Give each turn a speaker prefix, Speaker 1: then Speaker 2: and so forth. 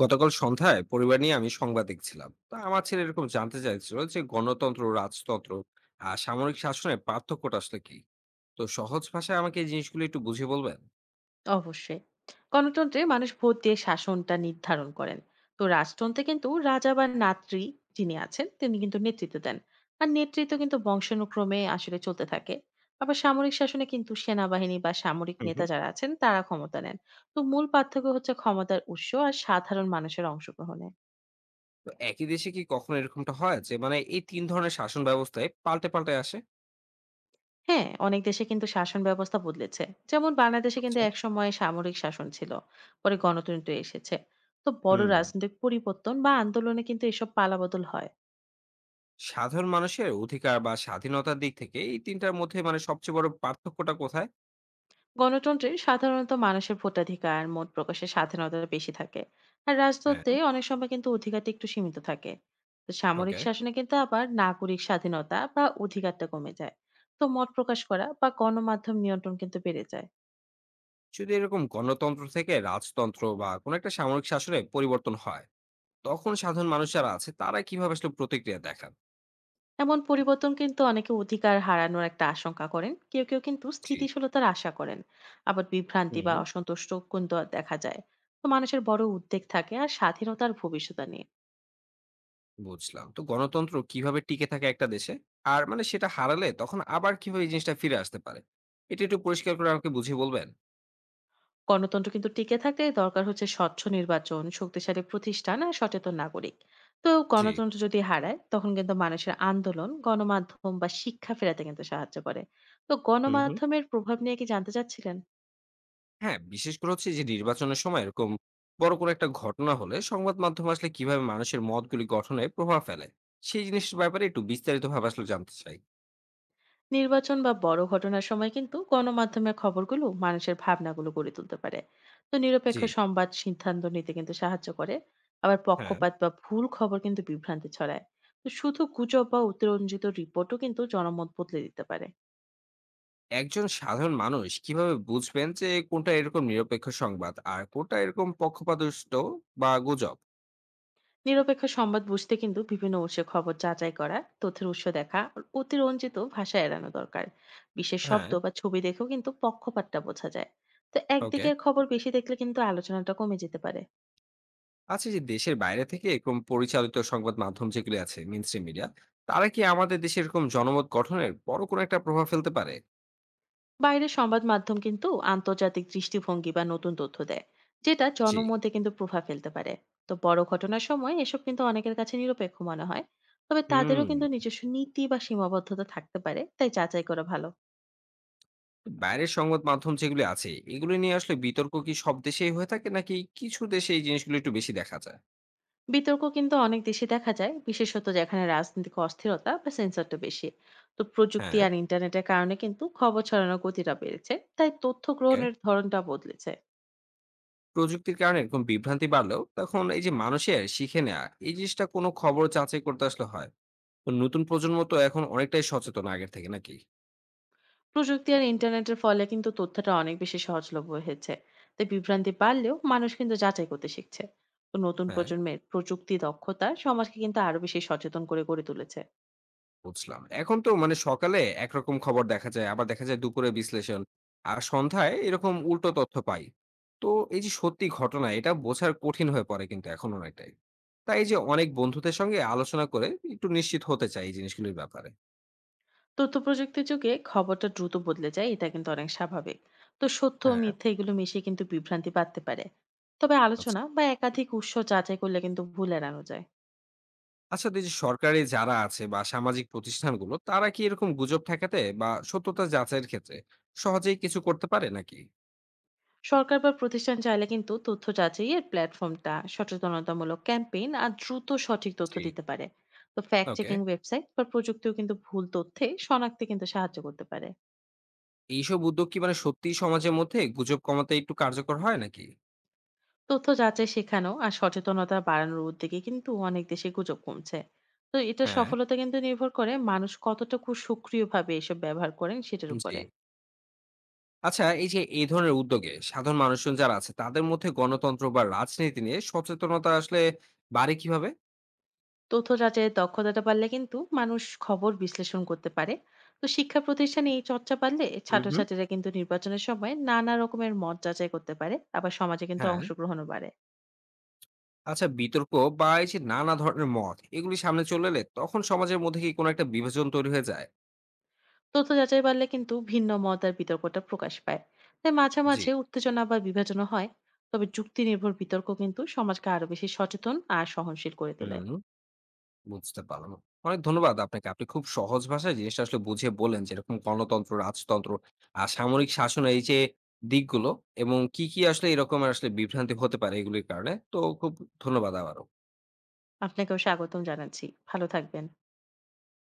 Speaker 1: গতকাল সন্ধ্যায় পরিবার নিয়ে আমি সংবাদ দেখছিলাম, তা আমার ছেলে এরকম জানতে চাইছিল যে গণতন্ত্র, রাজতন্ত্র আর সামরিক শাসনের পার্থক্যটা আসলে কি। তো সহজ ভাষায় আমাকে এই জিনিসগুলো একটু বুঝিয়ে বলবেন?
Speaker 2: অবশ্যই। গণতন্ত্রে মানুষ ভোট দিয়ে শাসনটা নির্ধারণ করেন। তো রাজতন্ত্রে কিন্তু রাজা বা নাতৃ যিনি আছেন তিনি কিন্তু নেতৃত্ব দেন। আর নেতৃত্ব কিন্তু বংশানুক্রমে আসলে চলতে থাকে। আবার সামরিক শাসনে কিন্তু সেনাবাহিনী বা সামরিক
Speaker 1: হুম,
Speaker 2: নেতা
Speaker 1: হুম।
Speaker 2: যারা আছেন তারা ক্ষমতা নেন। তো মূল পার্থক্য হচ্ছে ক্ষমতার উৎস আর সাধারণ মানুষের অংশগ্রহণে।
Speaker 1: তো একই দেশে কি কখনো এরকমটা হয় যে এই তিন ধরনের শাসন ব্যবস্থায় পাল্টে পাল্টে আসে?
Speaker 2: হ্যাঁ, অনেক দেশে কিন্তু শাসন ব্যবস্থা বদলেছে, যেমন বাংলাদেশে কিন্তু
Speaker 1: আচ্ছা।
Speaker 2: একসময় সামরিক শাসন ছিল, পরে গণতন্ত্র এসেছে। তো বড়
Speaker 1: হুম।
Speaker 2: রাজনৈতিক পরিবর্তন বা আন্দোলনে কিন্তু এসব পালাবদল হয়।
Speaker 1: সাধারণ মানুষের অধিকার বা স্বাধীনতার দিক থেকে এই তিনটার মধ্যে সবচেয়ে বড় পার্থক্যটা কোথায়?
Speaker 2: গণতন্ত্রে সাধারণত মানুষের ভোটাধিকার, মত প্রকাশের স্বাধীনতা বেশি থাকে। আর
Speaker 1: হ্যাঁ।
Speaker 2: রাজতন্ত্রে অনেক সময় কিন্তু অধিকারটা একটু সীমিত থাকে। তো সামরিক
Speaker 1: ওকে।
Speaker 2: শাসনে কিন্তু আবার নাগরিক স্বাধীনতা বা অধিকারটা কমে যায়। তো মত প্রকাশ করা বা গণমাধ্যম নিয়ন্ত্রণ কিন্তু বেড়ে যায়।
Speaker 1: যদি এরকম গণতন্ত্র থেকে রাজতন্ত্র বা কোনো একটা সামরিক শাসনে পরিবর্তন হয়, তখন সাধারণ মানুষ যারা আছে তারা কিভাবে আসলে প্রতিক্রিয়া দেখান?
Speaker 2: এমন পরিবর্তন কিন্তু অনেকে অধিকার হারানোর একটা আশঙ্কা করেন, কেউ কেউ কিন্তু
Speaker 1: জি।
Speaker 2: স্থিতিশীলতার আশা করেন। আবার বিভ্রান্তি
Speaker 1: হুম।
Speaker 2: বা অসন্তুষ্ট কিন্তু দেখা যায়। তো মানুষের বড় উদ্বেগ থাকে আর স্বাধীনতার ভবিষ্যৎ নিয়ে।
Speaker 1: বুঝলাম। তো গণতন্ত্র কিভাবে টিকে থাকে একটা দেশে? আর সেটা হারালে তখন আবার কিভাবে এই জিনিসটা ফিরে আসতে পারে? এটা একটু পরিষ্কার করে আমাকে বুঝিয়ে বলবেন?
Speaker 2: গণতন্ত্র কিন্তু টিকে থাকতে দরকার হচ্ছে স্বচ্ছ নির্বাচন, শক্তিশালী প্রতিষ্ঠান আর সচেতন নাগরিক। তো
Speaker 1: জি।
Speaker 2: গণতন্ত্র যদি হারায়, তখন কিন্তু মানুষের আন্দোলন, গণমাধ্যম বা শিক্ষা ফেরাতে কিন্তু সাহায্য করে। তো
Speaker 1: হুম, হুম।
Speaker 2: গণমাধ্যমের প্রভাব নিয়ে কি জানতে চাচ্ছিলেন?
Speaker 1: হ্যাঁ, বিশেষ করে হচ্ছে যে নির্বাচনের সময় এরকম বড় কোনো একটা ঘটনা হলে সংবাদ মাধ্যম আসলে কিভাবে মানুষের মতগুলি গঠনে প্রভাব ফেলে? সেই জিনিসটার ব্যাপারে একটু বিস্তারিতভাবে আসলে জানতে চাই।
Speaker 2: নির্বাচন বা বড় ঘটনার সময় কিন্তু গণমাধ্যমের খবরগুলো মানুষের ভাবনাগুলো গড়ে তুলতে পারে। তো নিরপেক্ষ
Speaker 1: জি,
Speaker 2: সংবাদ সিদ্ধান্ত নিতে কিন্তু সাহায্য করে। আবার
Speaker 1: হ্যাঁ।
Speaker 2: পক্ষপাত বা ভুল খবর কিন্তু বিভ্রান্তি ছড়ায়। তো শুধু গুজব বা উত্তরঞ্জিত রিপোর্টও কিন্তু জনমত বদলে দিতে পারে।
Speaker 1: একজন সাধারণ মানুষ কিভাবে বুঝবেন যে কোনটা এরকম নিরপেক্ষ সংবাদ আর কোনটা এরকম পক্ষপাতদুষ্ট বা গুজব?
Speaker 2: নিরপেক্ষ সংবাদ বুঝতে কিন্তু বিভিন্ন উৎসের খবর যাচাই করা, তথ্যের উৎস দেখা আর অতিরঞ্জিত ভাষা এড়ানো দরকার। বিশেষ শব্দ
Speaker 1: হ্যাঁ।
Speaker 2: বা ছবি দেখেও কিন্তু পক্ষপাতটা বোঝা যায়। তো
Speaker 1: ওকে।
Speaker 2: একদিকের খবর বেশি দেখলে কিন্তু আলোচনাটা কমে যেতে পারে।
Speaker 1: আচ্ছা, এই যে দেশের বাইরে থেকে এরকম পরিচালিত সংবাদ মাধ্যম যেগুলি আছে, মেইন মিডিয়া, তারা কি আমাদের দেশে এরকম জনমত গঠনের বড় কোনো একটা প্রভাব ফেলতে পারে?
Speaker 2: বাইরের সংবাদ মাধ্যম কিন্তু আন্তর্জাতিক দৃষ্টিভঙ্গি বা নতুন তথ্য দেয়, যেটা
Speaker 1: জি।
Speaker 2: জনমতে কিন্তু প্রভাব ফেলতে পারে। তো বড় ঘটনার সময় এসব কিন্তু অনেকের কাছে নিরপেক্ষ মনে হয়। তবে তাদেরও
Speaker 1: হুম।
Speaker 2: কিন্তু নিজস্ব নীতি বা সীমাবদ্ধতা থাকতে পারে, তাই যাচাই করা ভালো।
Speaker 1: বাইরের সংবাদ মাধ্যম যেগুলি আছে, এগুলো নিয়ে আসলে বিতর্ক কি সব দেশেই হয়ে থাকে, নাকি কিছু দেশে এই জিনিসগুলো একটু বেশি দেখা যায়?
Speaker 2: বিতর্ক কিন্তু অনেক দেশে দেখা যায়, বিশেষত যেখানে রাজনৈতিক অস্থিরতা বা সেন্সরটা বেশি। তো প্রযুক্তি
Speaker 1: হ্যাঁ।
Speaker 2: আর ইন্টারনেটের কারণে কিন্তু খবর ছড়ানোর গতিটা বেড়েছে, তাই তথ্য
Speaker 1: ওকে।
Speaker 2: গ্রহণের ধরনটা বদলেছে।
Speaker 1: প্রযুক্তির কারণে এরকম বিভ্রান্তি বাড়লেও তখন এই যে মানুষের শিখে নেওয়া এই জিনিসটা, কোনো খবর যাচাই করতে আসলে হয়। তো নতুন প্রজন্ম তো এখন অনেকটাই সচেতন আগের থেকে, নাকি?
Speaker 2: প্রযুক্তি আর ইন্টারনেটের ফলে কিন্তু তথ্যটা অনেক বেশি সহজলভ্য হয়েছে। তাই বিভ্রান্তি বাড়লেও মানুষ কিন্তু যাচাই করতে শিখছে। তো নতুন
Speaker 1: হ্যাঁ।
Speaker 2: প্রজন্মের প্রযুক্তি দক্ষতা সমাজকে কিন্তু আরো বেশি সচেতন করে গড়ে তুলেছে।
Speaker 1: বুঝলাম। এখন তো সকালে একরকম খবর দেখা যায়, আবার দেখা যায় দুপুরে বিশ্লেষণ, আর সন্ধ্যায় এরকম উল্টো তথ্য পাই। তো এই যে সত্যি ঘটনা, এটা বোঝার কঠিন হয়ে পড়ে কিন্তু এখন অনেকটাই। তাই এই যে অনেক বন্ধুদের সঙ্গে আলোচনা করে একটু নিশ্চিত হতে চাই এই জিনিসগুলির ব্যাপারে।
Speaker 2: তথ্য প্রযুক্তির যুগে খবরটা দ্রুত বদলে যায়, এটা কিন্তু অনেক স্বাভাবিক। তো সত্য ও
Speaker 1: হ্যাঁ।
Speaker 2: মিথ্যা এগুলো মিশিয়ে কিন্তু বিভ্রান্তি বাড়তে পারে। তবে
Speaker 1: আচ্ছা।
Speaker 2: আলোচনা বা একাধিক উৎস যাচাই করলে কিন্তু ভুল এড়ানো যায়।
Speaker 1: আচ্ছা, তো এই যে সরকারি যারা আছে বা সামাজিক প্রতিষ্ঠানগুলো, তারা কি এরকম গুজব ঠেকাতে বা সত্যতা যাচাইয়ের ক্ষেত্রে সহজেই কিছু করতে পারে নাকি?
Speaker 2: সরকার বা প্রতিষ্ঠান চাইলে কিন্তু তথ্য যাচাইয়ের প্ল্যাটফর্মটা, সচেতনতামূলক ক্যাম্পেইন আর দ্রুত সঠিক তথ্য
Speaker 1: জি।
Speaker 2: দিতে পারে। তো ফ্যাক্ট
Speaker 1: ওকে।
Speaker 2: চেকিং ওয়েবসাইট বা প্রযুক্তিও কিন্তু ভুল তথ্যে শনাক্তে কিন্তু সাহায্য করতে পারে।
Speaker 1: এইসব উদ্যোগ কি সত্যি সমাজের মধ্যে গুজব কমাতে একটু কার্যকর হয় নাকি?
Speaker 2: তথ্য যাচাই শেখানো আর সচেতনতা বাড়ানোর উদ্যোগে কিন্তু অনেক দেশে গুজব কমছে। তো এটা
Speaker 1: হ্যাঁ।
Speaker 2: সফলতা কিন্তু নির্ভর করে মানুষ কতটুকু সক্রিয়ভাবে এসব ব্যবহার করেন সেটার
Speaker 1: জি।
Speaker 2: উপরে।
Speaker 1: আচ্ছা, এই যে এই ধরনের উদ্যোগে সাধারণ মানুষজন যারা আছে তাদের মধ্যে গণতন্ত্র বা রাজনীতি নিয়ে সচেতনতা আসলে বাড়ে কিভাবে?
Speaker 2: তথ্য যাচাইয়ের দক্ষতাটা বাড়লে কিন্তু মানুষ খবর বিশ্লেষণ করতে পারে। তো শিক্ষা প্রতিষ্ঠানে এই চর্চা বাড়লে
Speaker 1: হুম, হুম।
Speaker 2: ছাত্রছাত্রীরা কিন্তু নির্বাচনের সময় নানা রকমের মত যাচাই করতে পারে, আবার সমাজে কিন্তু
Speaker 1: হ্যাঁ।
Speaker 2: অংশগ্রহণও বাড়ে।
Speaker 1: আচ্ছা, বিতর্ক বা এই যে নানা ধরনের মত, এগুলি সামনে চলে এলে তখন সমাজের মধ্যে কি কোনো একটা বিভাজন তৈরি হয়ে যায়?
Speaker 2: তথ্য যাচাই বাড়লে কিন্তু ভিন্ন মত আর বিতর্কটা প্রকাশ পায়। তাই মাঝে
Speaker 1: জি।
Speaker 2: মাঝে উত্তেজনা বা বিভাজনও হয়। তবে যুক্তি নির্ভর বিতর্ক কিন্তু সমাজকে আরো বেশি সচেতন আর সহনশীল করে তোলে।
Speaker 1: হুম। বুঝতে পারলাম। অনেক ধন্যবাদ আপনাকে। আপনি খুব সহজ ভাষায় জিনিসটা আসলে বুঝিয়ে বললেন যে এরকম গণতন্ত্র, রাজতন্ত্র আর সামরিক শাসনের এই যে দিকগুলো এবং কি, কি আসলে এরকম আসলে বিভ্রান্তি হতে পারে এগুলির কারণে। তো খুব ধন্যবাদ আবারও।
Speaker 2: আপনাকেও স্বাগতম জানাচ্ছি। ভালো থাকবেন।